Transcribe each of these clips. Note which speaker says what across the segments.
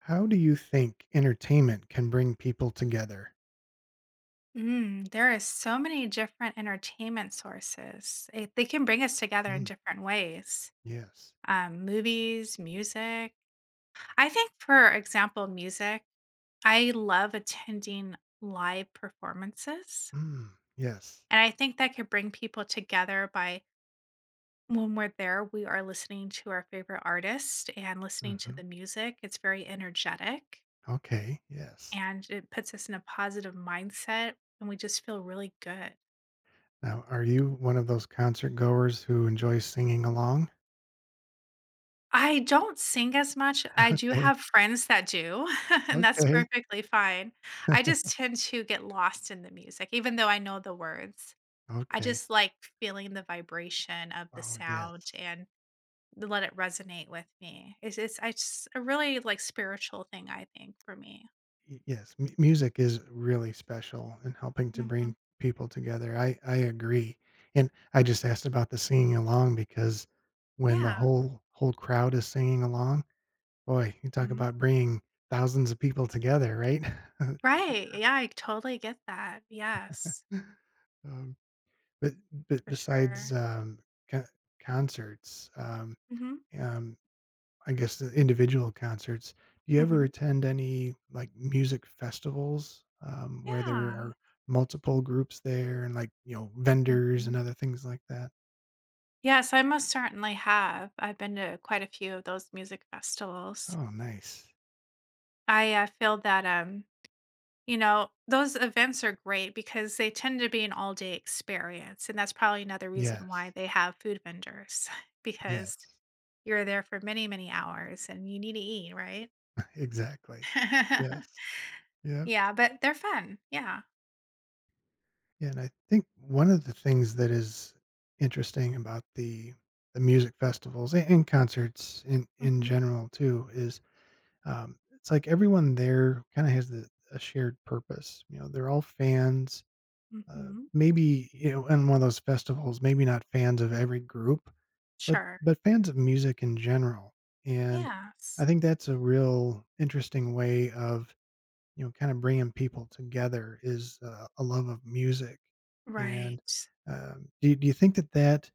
Speaker 1: How do you think entertainment can bring people together?
Speaker 2: Mm, there is so many different entertainment sources. They can bring us together in
Speaker 1: Mm,
Speaker 2: different ways.
Speaker 1: yes.
Speaker 2: Movies, music. I think, for example, music. I love attending live performances,
Speaker 1: Mm, yes.
Speaker 2: and I think that could bring people together by when we're there, we are listening to our favorite artist and listening to
Speaker 1: Mhm.
Speaker 2: the music. It's very energetic,
Speaker 1: Okay, yes.
Speaker 2: and it puts us in a positive mindset, and we just feel really good.
Speaker 1: Now, are you one of those concert goers who enjoys singing along?
Speaker 2: I don't sing as much. I do
Speaker 1: Okay,
Speaker 2: have friends that do, and that's
Speaker 1: okay.
Speaker 2: perfectly fine. I just tend to get lost in the music, even though I know the words. I
Speaker 1: Okay.
Speaker 2: just like feeling the vibration of the
Speaker 1: Oh,
Speaker 2: sound
Speaker 1: yes.
Speaker 2: and let it resonate with me. I just a really like spiritual thing, I think, for me.
Speaker 1: Yes, mu music is really special in helping to
Speaker 2: Hmm.
Speaker 1: bring people together. I agree, and I just asked about the singing along because when the
Speaker 2: Yeah.
Speaker 1: whole crowd is singing along. Boy, you talk
Speaker 2: Mhm.
Speaker 1: about bringing thousands of people together, right?
Speaker 2: Right. Yeah. I totally get that. Yes,
Speaker 1: Um, but but
Speaker 2: for
Speaker 1: besides,
Speaker 2: sure.
Speaker 1: co concerts,
Speaker 2: Hmm.
Speaker 1: um, I guess the individual concerts, do you ever
Speaker 2: Hmm.
Speaker 1: attend any, like, music festivals, where there
Speaker 2: Yeah.
Speaker 1: are multiple groups there and, like, vendors
Speaker 2: Mm-hmm.
Speaker 1: and other things like that?
Speaker 2: Yes, I most certainly have. I've been to quite a few of those music festivals.
Speaker 1: Oh, nice.
Speaker 2: I feel that you know, those events are great because they tend to be an all-day experience, and that's probably another reason why
Speaker 1: Yes.
Speaker 2: they have food vendors because
Speaker 1: Yes.
Speaker 2: you're there for many, many hours and you need to eat, right?
Speaker 1: Exactly. Yes. Yeah.
Speaker 2: Yeah, but they're fun. Yeah.
Speaker 1: Yeah, and I think one of the things that is interesting about the music festivals and concerts in
Speaker 2: Mhm.
Speaker 1: general too is it's like everyone there kind of has a shared purpose. You know, they're all fans. Uh,
Speaker 2: Mhm.
Speaker 1: maybe in one of those festivals, maybe not fans of every group, but
Speaker 2: Sure.
Speaker 1: fans of music in general. And I
Speaker 2: Yes.
Speaker 1: think that's a real interesting way of kinda bringing people together is, a love of music, and,
Speaker 2: Right.
Speaker 1: do you think that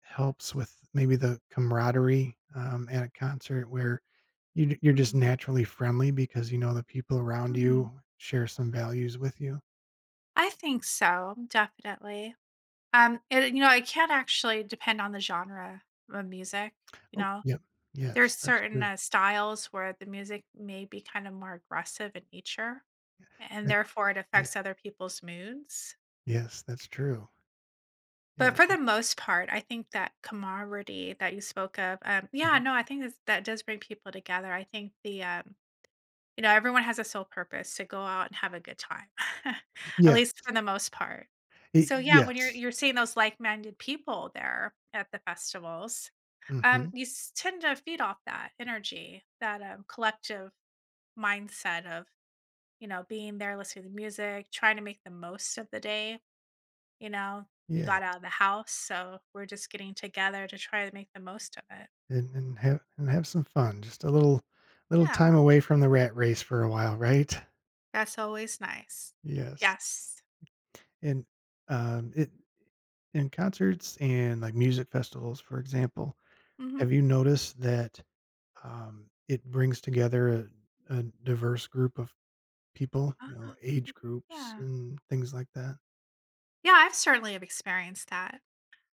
Speaker 1: helps with maybe the camaraderie, at a concert where you're just
Speaker 2: Mhm.
Speaker 1: naturally friendly because you know the people around
Speaker 2: Mhm.
Speaker 1: you share some values with you?
Speaker 2: I think so, definitely. It it can actually depend on the genre of music, you
Speaker 1: Oh,
Speaker 2: know.
Speaker 1: yep.
Speaker 2: There's
Speaker 1: Yes, that's
Speaker 2: certain,
Speaker 1: true.
Speaker 2: styles where the music may be kind of more aggressive in nature, and
Speaker 1: That
Speaker 2: therefore it
Speaker 1: Yeah.
Speaker 2: affects other people's moods.
Speaker 1: Yes, that's true.
Speaker 2: But
Speaker 1: Yeah.
Speaker 2: for the most part, I think that camaraderie that you spoke of, yeah,
Speaker 1: Mhm.
Speaker 2: no, I think that does bring people together. I think you know, everyone has a sole purpose to go out and have a good time, at
Speaker 1: Yes.
Speaker 2: least for the most part.
Speaker 1: Y
Speaker 2: So yeah, when
Speaker 1: Yes.
Speaker 2: you're seeing those like-minded people there at the festivals,
Speaker 1: Mhm.
Speaker 2: you tend to feed off that energy, that collective mindset of you know being there, listening to the music, trying to make the most of the day. You know, you
Speaker 1: Yes.
Speaker 2: got out of the house, so we're just getting together to try to make the most of it.
Speaker 1: And have some fun, just a little
Speaker 2: Yeah,
Speaker 1: time away from the rat race for a while, right?
Speaker 2: that's always nice.
Speaker 1: Yes.
Speaker 2: Yes.
Speaker 1: And, it in concerts and, like, music festivals, for example,
Speaker 2: Mm-hmm.
Speaker 1: have you noticed that, it brings together a diverse group of people,
Speaker 2: Ah,
Speaker 1: you know, age groups
Speaker 2: yeah.
Speaker 1: and things like that?
Speaker 2: Yeah, I've certainly have experienced that.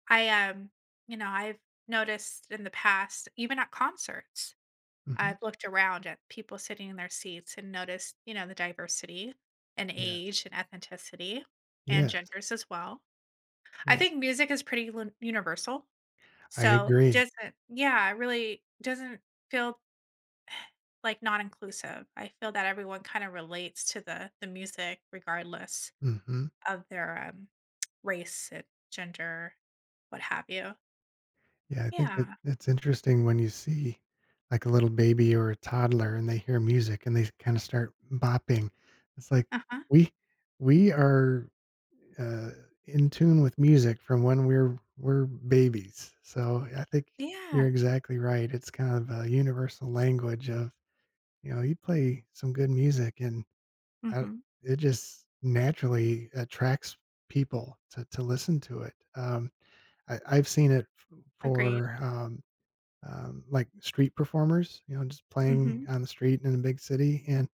Speaker 2: I you know, I've noticed in the past, even at concerts,
Speaker 1: Mhm.
Speaker 2: I've looked around at people sitting in their seats and noticed, you know, the diversity and
Speaker 1: Yes.
Speaker 2: age and ethnicity and
Speaker 1: Yeah,
Speaker 2: genders as well. I
Speaker 1: yeah.
Speaker 2: think music is pretty universal.
Speaker 1: I
Speaker 2: So it
Speaker 1: agree.
Speaker 2: doesn't, yeah, it really doesn't feel like not inclusive. I feel that everyone kind of relates to the music regardless
Speaker 1: Mhm.
Speaker 2: of their, race and gender, what have you.
Speaker 1: Yeah, I think that
Speaker 2: Yeah.
Speaker 1: it's interesting when you see like a little baby or a toddler and they hear music and they kind of start bopping. It's like
Speaker 2: Uh-huh.
Speaker 1: we we are uh, in tune with music from when we're babies. So I think you're
Speaker 2: Yeah.
Speaker 1: exactly right. It's kind of a universal language of you play some good music and I,
Speaker 2: Mhm.
Speaker 1: it just naturally attracts people to listen to it. I've seen it
Speaker 2: Agreed.
Speaker 1: for like street performers, just playing
Speaker 2: Mhm.
Speaker 1: on the street in a big city, and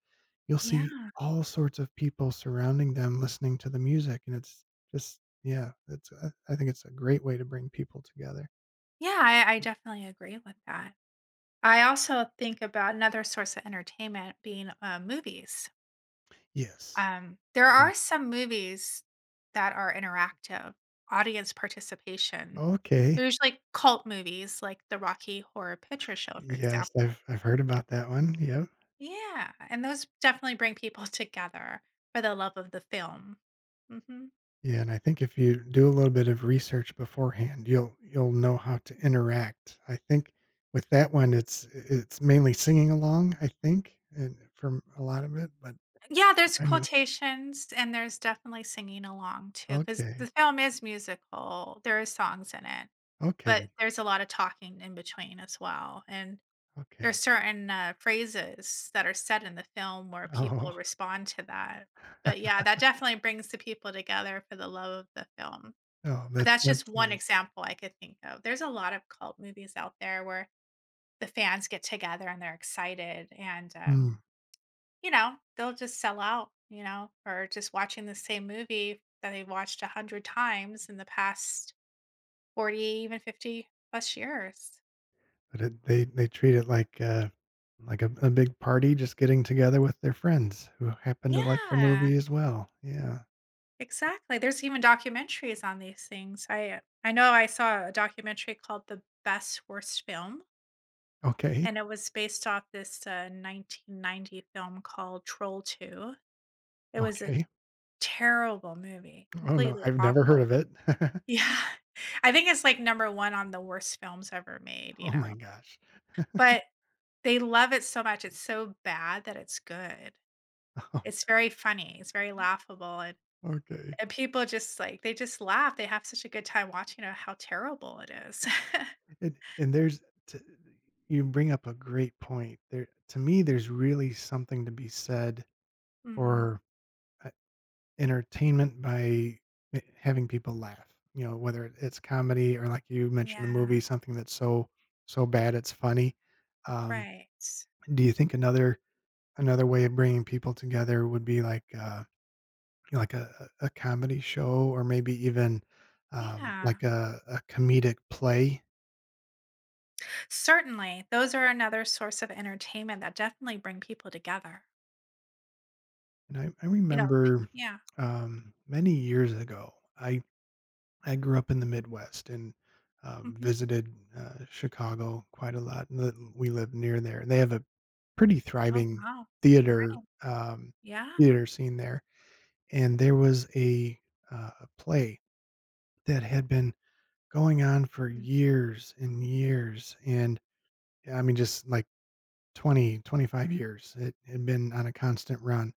Speaker 1: you'll see
Speaker 2: Yeah.
Speaker 1: all sorts of people surrounding them listening to the music, and it's just, yeah, it's I think it's a great way to bring people together.
Speaker 2: Yeah, I definitely agree with that. I also think about another source of entertainment being, movies.
Speaker 1: Yes.
Speaker 2: There
Speaker 1: Mm.
Speaker 2: are some movies that are interactive, audience participation.
Speaker 1: Okay.
Speaker 2: There's, like, cult movies like the Rocky Horror Picture Show, for
Speaker 1: Yes,
Speaker 2: example.
Speaker 1: I've heard about that one. Yep.
Speaker 2: Yeah, and those definitely bring people together for the love of the film. Mhm.
Speaker 1: Yeah, and I think if you do a little bit of research beforehand, you'll know how to interact. I think with that one, it's mainly singing along. I think, and from a lot of it, but
Speaker 2: Yeah, there's
Speaker 1: I know.
Speaker 2: quotations and there's definitely singing along too, because the
Speaker 1: Okay,
Speaker 2: film is musical, there is songs in it, but
Speaker 1: okay,
Speaker 2: there's a lot of talking in between as well, and there's
Speaker 1: okay.
Speaker 2: certain, phrases that are said in the film where
Speaker 1: Oh,
Speaker 2: people respond to that. But, yeah, that definitely brings the people together for the love of the film.
Speaker 1: oh,
Speaker 2: But
Speaker 1: that
Speaker 2: that's just
Speaker 1: that's
Speaker 2: one
Speaker 1: nice.
Speaker 2: example I could think of. There's a lot of cult movies out there where the fans get together and they're excited and
Speaker 1: Mm,
Speaker 2: you know, they'll just sell out, you know, or just watching the same movie that they have watched a hundred times in the past 40, even 50 plus years.
Speaker 1: but it they treat it like a big party just getting together with their friends who happen to like the
Speaker 2: Yeah,
Speaker 1: movie as well. Yeah.
Speaker 2: exactly. There's even documentaries on these things. I know I saw a documentary called The Best Worst Film,
Speaker 1: Okay,
Speaker 2: and it was based off this 1990 film called Troll 2. It was a
Speaker 1: okay.
Speaker 2: terrible movie,
Speaker 1: Oh, no,
Speaker 2: completely
Speaker 1: I've never heard
Speaker 2: awful.
Speaker 1: of it.
Speaker 2: Yeah. I think it's, like, number 1 on the worst films ever made, you
Speaker 1: Oh my
Speaker 2: know?
Speaker 1: gosh.
Speaker 2: But they love it so much, it's so bad that it's good. It's
Speaker 1: Ok
Speaker 2: very funny, it's very laughable, and
Speaker 1: okay.
Speaker 2: people just, like they just laugh, they have such a good time watching it, how terrible it is.
Speaker 1: And there's t you bring up a great point. There To me, there's really something to be said
Speaker 2: Mhm.
Speaker 1: for entertainment by ma having people laugh, whether it's comedy or like you mentioned the
Speaker 2: Yeah.
Speaker 1: movie, something that's so bad it's funny. Um,
Speaker 2: Right.
Speaker 1: do you think another way of bringing people together would be like, like a comedy show or maybe even,
Speaker 2: Yeah.
Speaker 1: like a comedic play?
Speaker 2: Certainly, those are another source of entertainment that definitely bring people together.
Speaker 1: And I
Speaker 2: You know.
Speaker 1: remember,
Speaker 2: Yeah.
Speaker 1: many years ago, I grew up in the Midwest and
Speaker 2: Mhm.
Speaker 1: visited Chicago quite a lot. We live near there. They have a pretty
Speaker 2: Oh,
Speaker 1: thriving
Speaker 2: wow. Right.
Speaker 1: theater um,
Speaker 2: Yeah.
Speaker 1: theater scene there, and there was a play that had been going on for years and years, and I mean just like 20, 25 years. It had been on a constant run,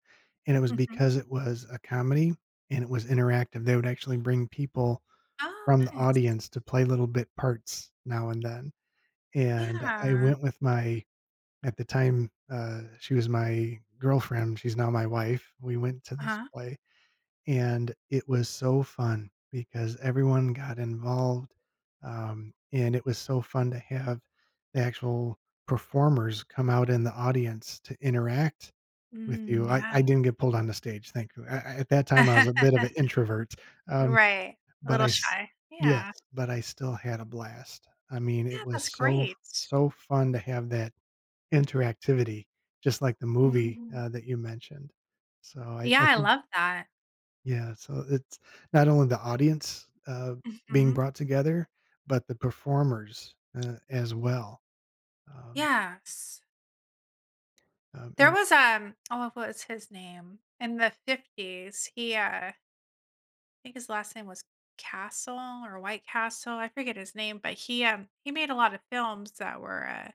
Speaker 1: and it was
Speaker 2: Mhm.
Speaker 1: because it was a comedy and it was interactive. They would actually bring people
Speaker 2: Oh,
Speaker 1: from the
Speaker 2: nice.
Speaker 1: audience to play little bit parts now and then, and I
Speaker 2: Yeah.
Speaker 1: went with my at the time, she was my girlfriend, she's now my wife, we went to this
Speaker 2: Uh-huh.
Speaker 1: play, and it was so fun because everyone got involved, and it was so fun to have the actual performers come out in the audience to interact with
Speaker 2: Mm,
Speaker 1: you. I
Speaker 2: yeah.
Speaker 1: I didn't get pulled on the stage, thankfully. I at that time, I was a bit of an introvert, um
Speaker 2: Right. A
Speaker 1: but
Speaker 2: little
Speaker 1: I s
Speaker 2: shy.
Speaker 1: yes,
Speaker 2: Yeah.
Speaker 1: but I still had a blast. I mean, it
Speaker 2: Yeah, that's
Speaker 1: was so
Speaker 2: great.
Speaker 1: so fun to have that interactivity, just like the movie,
Speaker 2: Mhm.
Speaker 1: that you mentioned. So
Speaker 2: Yeah,
Speaker 1: I
Speaker 2: I
Speaker 1: think,
Speaker 2: love that.
Speaker 1: yeah, so it's not only the audience, being
Speaker 2: Mhm.
Speaker 1: brought together, but the performers, as well. Um,
Speaker 2: Yes. There
Speaker 1: and
Speaker 2: was, um oh, what was his name? In the 50s, I think his last name was Castle or White Castle, I forget his name, but he made a lot of films that were,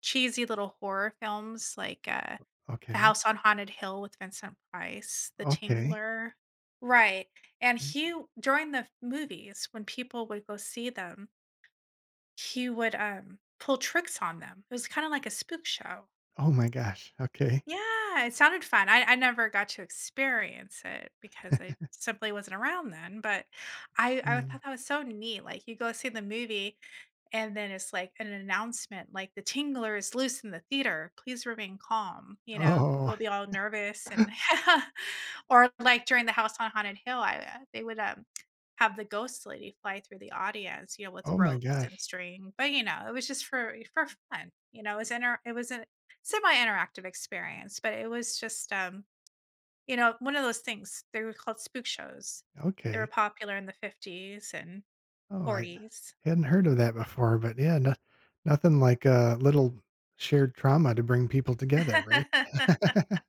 Speaker 2: cheesy little horror films like, The
Speaker 1: Okay,
Speaker 2: House on Haunted Hill with Vincent Price, The
Speaker 1: okay.
Speaker 2: Tingler. Right, and
Speaker 1: Mm,
Speaker 2: he during the movies, when people would go see them, he would, pull tricks on them. It was kinda like a spook show.
Speaker 1: oh my gosh, okay.
Speaker 2: Yeah, it sounded fun. I never got to experience it because I simply wasn't around then. But I
Speaker 1: Yeah.
Speaker 2: thought that was so neat. Like you go see the movie and then it's like an announcement like the tingler is loose in the theater. Please remain calm. You know, and people
Speaker 1: Oh,
Speaker 2: will be all nervous and or like during the House on Haunted Hill, I they would have the ghost lady fly through the audience, you know, with
Speaker 1: oh my
Speaker 2: ropes and
Speaker 1: gosh,
Speaker 2: string. But you know, it was just for fun. You know, it was it was an semi-interactive experience, but it was just, you know, one of those things. They were called spook shows. They were
Speaker 1: okay.
Speaker 2: popular in the 50s and
Speaker 1: Oh, I
Speaker 2: 40s.
Speaker 1: hadn't heard of that before, but yeah, no, nothing like a little shared trauma to bring people together, right?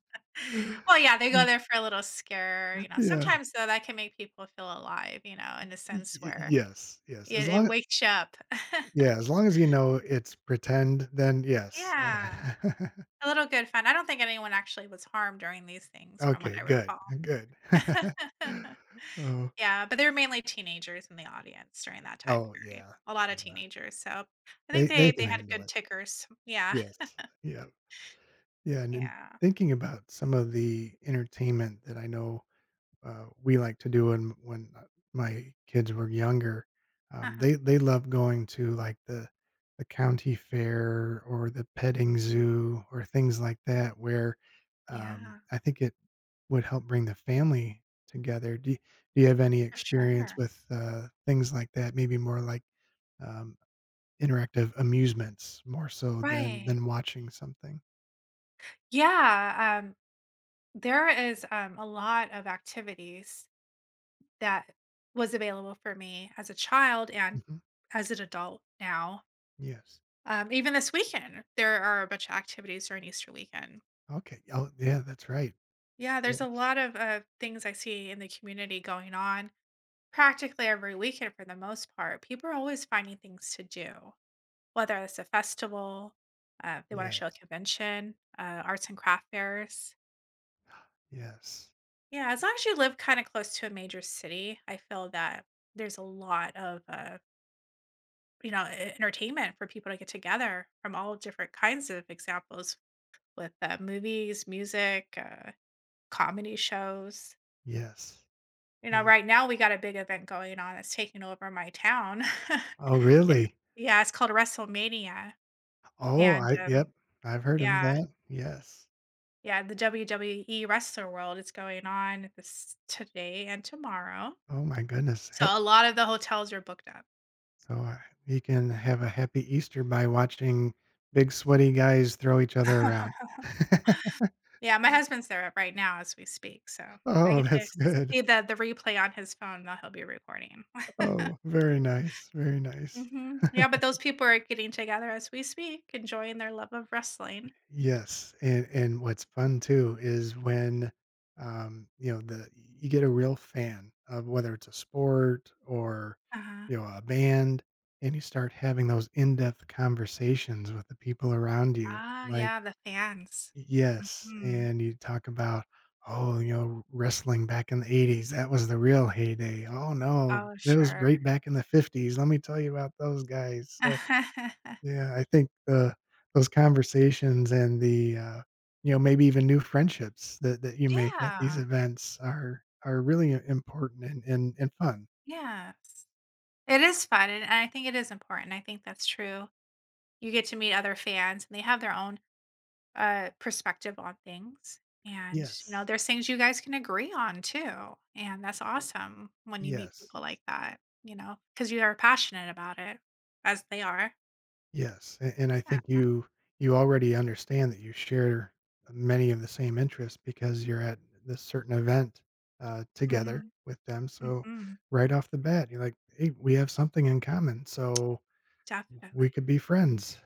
Speaker 2: Well, yeah, they go there for a little scare, you know.
Speaker 1: Yeah.
Speaker 2: Sometimes, though, that can make people feel alive, you know, in a
Speaker 1: Y
Speaker 2: sense
Speaker 1: y
Speaker 2: where
Speaker 1: Yes, yes,
Speaker 2: it wakes you up.
Speaker 1: as long as you know it's pretend, then yes.
Speaker 2: Yeah,
Speaker 1: Uh,
Speaker 2: a little good fun. I don't think anyone actually was harmed during these things from what
Speaker 1: Okay,
Speaker 2: I
Speaker 1: good,
Speaker 2: recall.
Speaker 1: good. Oh,
Speaker 2: Yeah, but they were mainly teenagers in the audience during that time
Speaker 1: oh,
Speaker 2: period.
Speaker 1: yeah,
Speaker 2: A lot of
Speaker 1: yeah.
Speaker 2: teenagers, so I think
Speaker 1: They can
Speaker 2: they had
Speaker 1: handle
Speaker 2: good
Speaker 1: it.
Speaker 2: tickers. Yeah.
Speaker 1: Yes, yeah, yeah, and then
Speaker 2: Yeah.
Speaker 1: thinking about some of the entertainment that I know we like to do when my kids were younger. Um,
Speaker 2: Uh-huh.
Speaker 1: they they love going to like the county fair or the petting
Speaker 2: Mhm.
Speaker 1: zoo or things like that, where
Speaker 2: Yeah,
Speaker 1: I think it would help bring the family together. Do you have any
Speaker 2: for
Speaker 1: experience
Speaker 2: sure.
Speaker 1: with things like that? Maybe more like um, interactive amusements, more so than
Speaker 2: Right.
Speaker 1: than watching something.
Speaker 2: Yeah, there is, a lot of activities that was available for me as a child and
Speaker 1: Hmm.
Speaker 2: as an adult now.
Speaker 1: Yes.
Speaker 2: Even this weekend, there are a bunch of activities during Easter weekend.
Speaker 1: Okay. Oh, yeah. That's right.
Speaker 2: Yeah, there's
Speaker 1: Yes.
Speaker 2: a lot of, things I see in the community going on. Practically every weekend for the most part, people are always finding things to do, whether it's a festival, they wanna
Speaker 1: Yeah.
Speaker 2: show a convention, arts and craft fairs.
Speaker 1: Yes.
Speaker 2: Yeah, as long as you live kinda close to a major city, I feel that there's a lot of, you know, e entertainment for people to get together from all different kinds of examples with, movies, music, comedy shows.
Speaker 1: Yes,
Speaker 2: You know,
Speaker 1: yeah.
Speaker 2: right now, we got a big event going on that's taking over my town.
Speaker 1: Oh,
Speaker 2: It's
Speaker 1: really?
Speaker 2: Yeah, it's called WrestleMania,
Speaker 1: Oh,
Speaker 2: and,
Speaker 1: I yep, I've heard of
Speaker 2: yeah,
Speaker 1: that, yes.
Speaker 2: yeah, the WWE wrestler world is going on this today and tomorrow,
Speaker 1: Oh my goodness,
Speaker 2: so
Speaker 1: he
Speaker 2: a lot of the hotels are booked up.
Speaker 1: so, you can have a happy Easter by watching big sweaty guys throw each other around.
Speaker 2: Yeah, my husband's there right now as we speak, so I
Speaker 1: Oh,
Speaker 2: get to
Speaker 1: that's good.
Speaker 2: see the replay on his phone that he'll be recording.
Speaker 1: Oh, very nice, very nice.
Speaker 2: Mhm, yeah, but those people are getting together as we speak, enjoying their love of wrestling.
Speaker 1: Yes, and what's fun too is when, you know, the you get a real fan of whether it's a sport or,
Speaker 2: Uh-huh.
Speaker 1: a band, and you start having those in-depth conversations with the people around you.
Speaker 2: Ah,
Speaker 1: Like,
Speaker 2: yeah, the fans.
Speaker 1: yes,
Speaker 2: Mhm.
Speaker 1: and you talk about, oh, wrestling back in the 80s, that was the real heyday. Oh no,
Speaker 2: Oh,
Speaker 1: that was
Speaker 2: sure.
Speaker 1: great back in the 50s. Let me tell you about those guys. So yeah, I think, those conversations and maybe even new friendships that you make at these
Speaker 2: Yeah.
Speaker 1: events are really I important and fun.
Speaker 2: Yes. It is fun, and I think it is important. I think that's true. You get to meet other fans, and they have their own, perspective on things, and, you know,
Speaker 1: Yes.
Speaker 2: there's things you guys can agree on too, and that's
Speaker 1: Oh.
Speaker 2: awesome when you meet
Speaker 1: Yes.
Speaker 2: people like that, you know, because you are passionate about it, as they are.
Speaker 1: Yes, a and I
Speaker 2: Yeah.
Speaker 1: think you already understand that you share many of the same interests because you're at this certain event, together
Speaker 2: Mhm.
Speaker 1: with them, so
Speaker 2: Mhm.
Speaker 1: right off the bat, you're like, "Hey, we have something in common, so we
Speaker 2: Definitely.
Speaker 1: could be friends."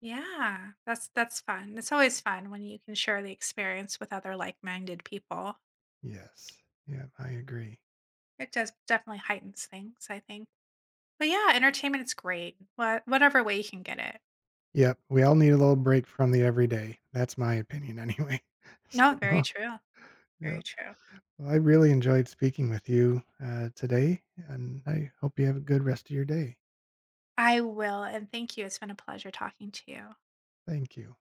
Speaker 2: Yeah. That's fun. It's always fun when you can share the experience with other like-minded people.
Speaker 1: Yes. Yeah, I agree.
Speaker 2: It does definitely heightens things, I think. But yeah, entertainment's great. Whatever way you can get it.
Speaker 1: Yep, we all need a little break from the everyday. That's my opinion anyway. So,
Speaker 2: No, very
Speaker 1: well,
Speaker 2: true,
Speaker 1: yeah.
Speaker 2: very true.
Speaker 1: Well, I really enjoyed speaking with you, today, and I hope you have a good rest of your day.
Speaker 2: I will, and thank you. It's been a pleasure talking to you.
Speaker 1: Thank you.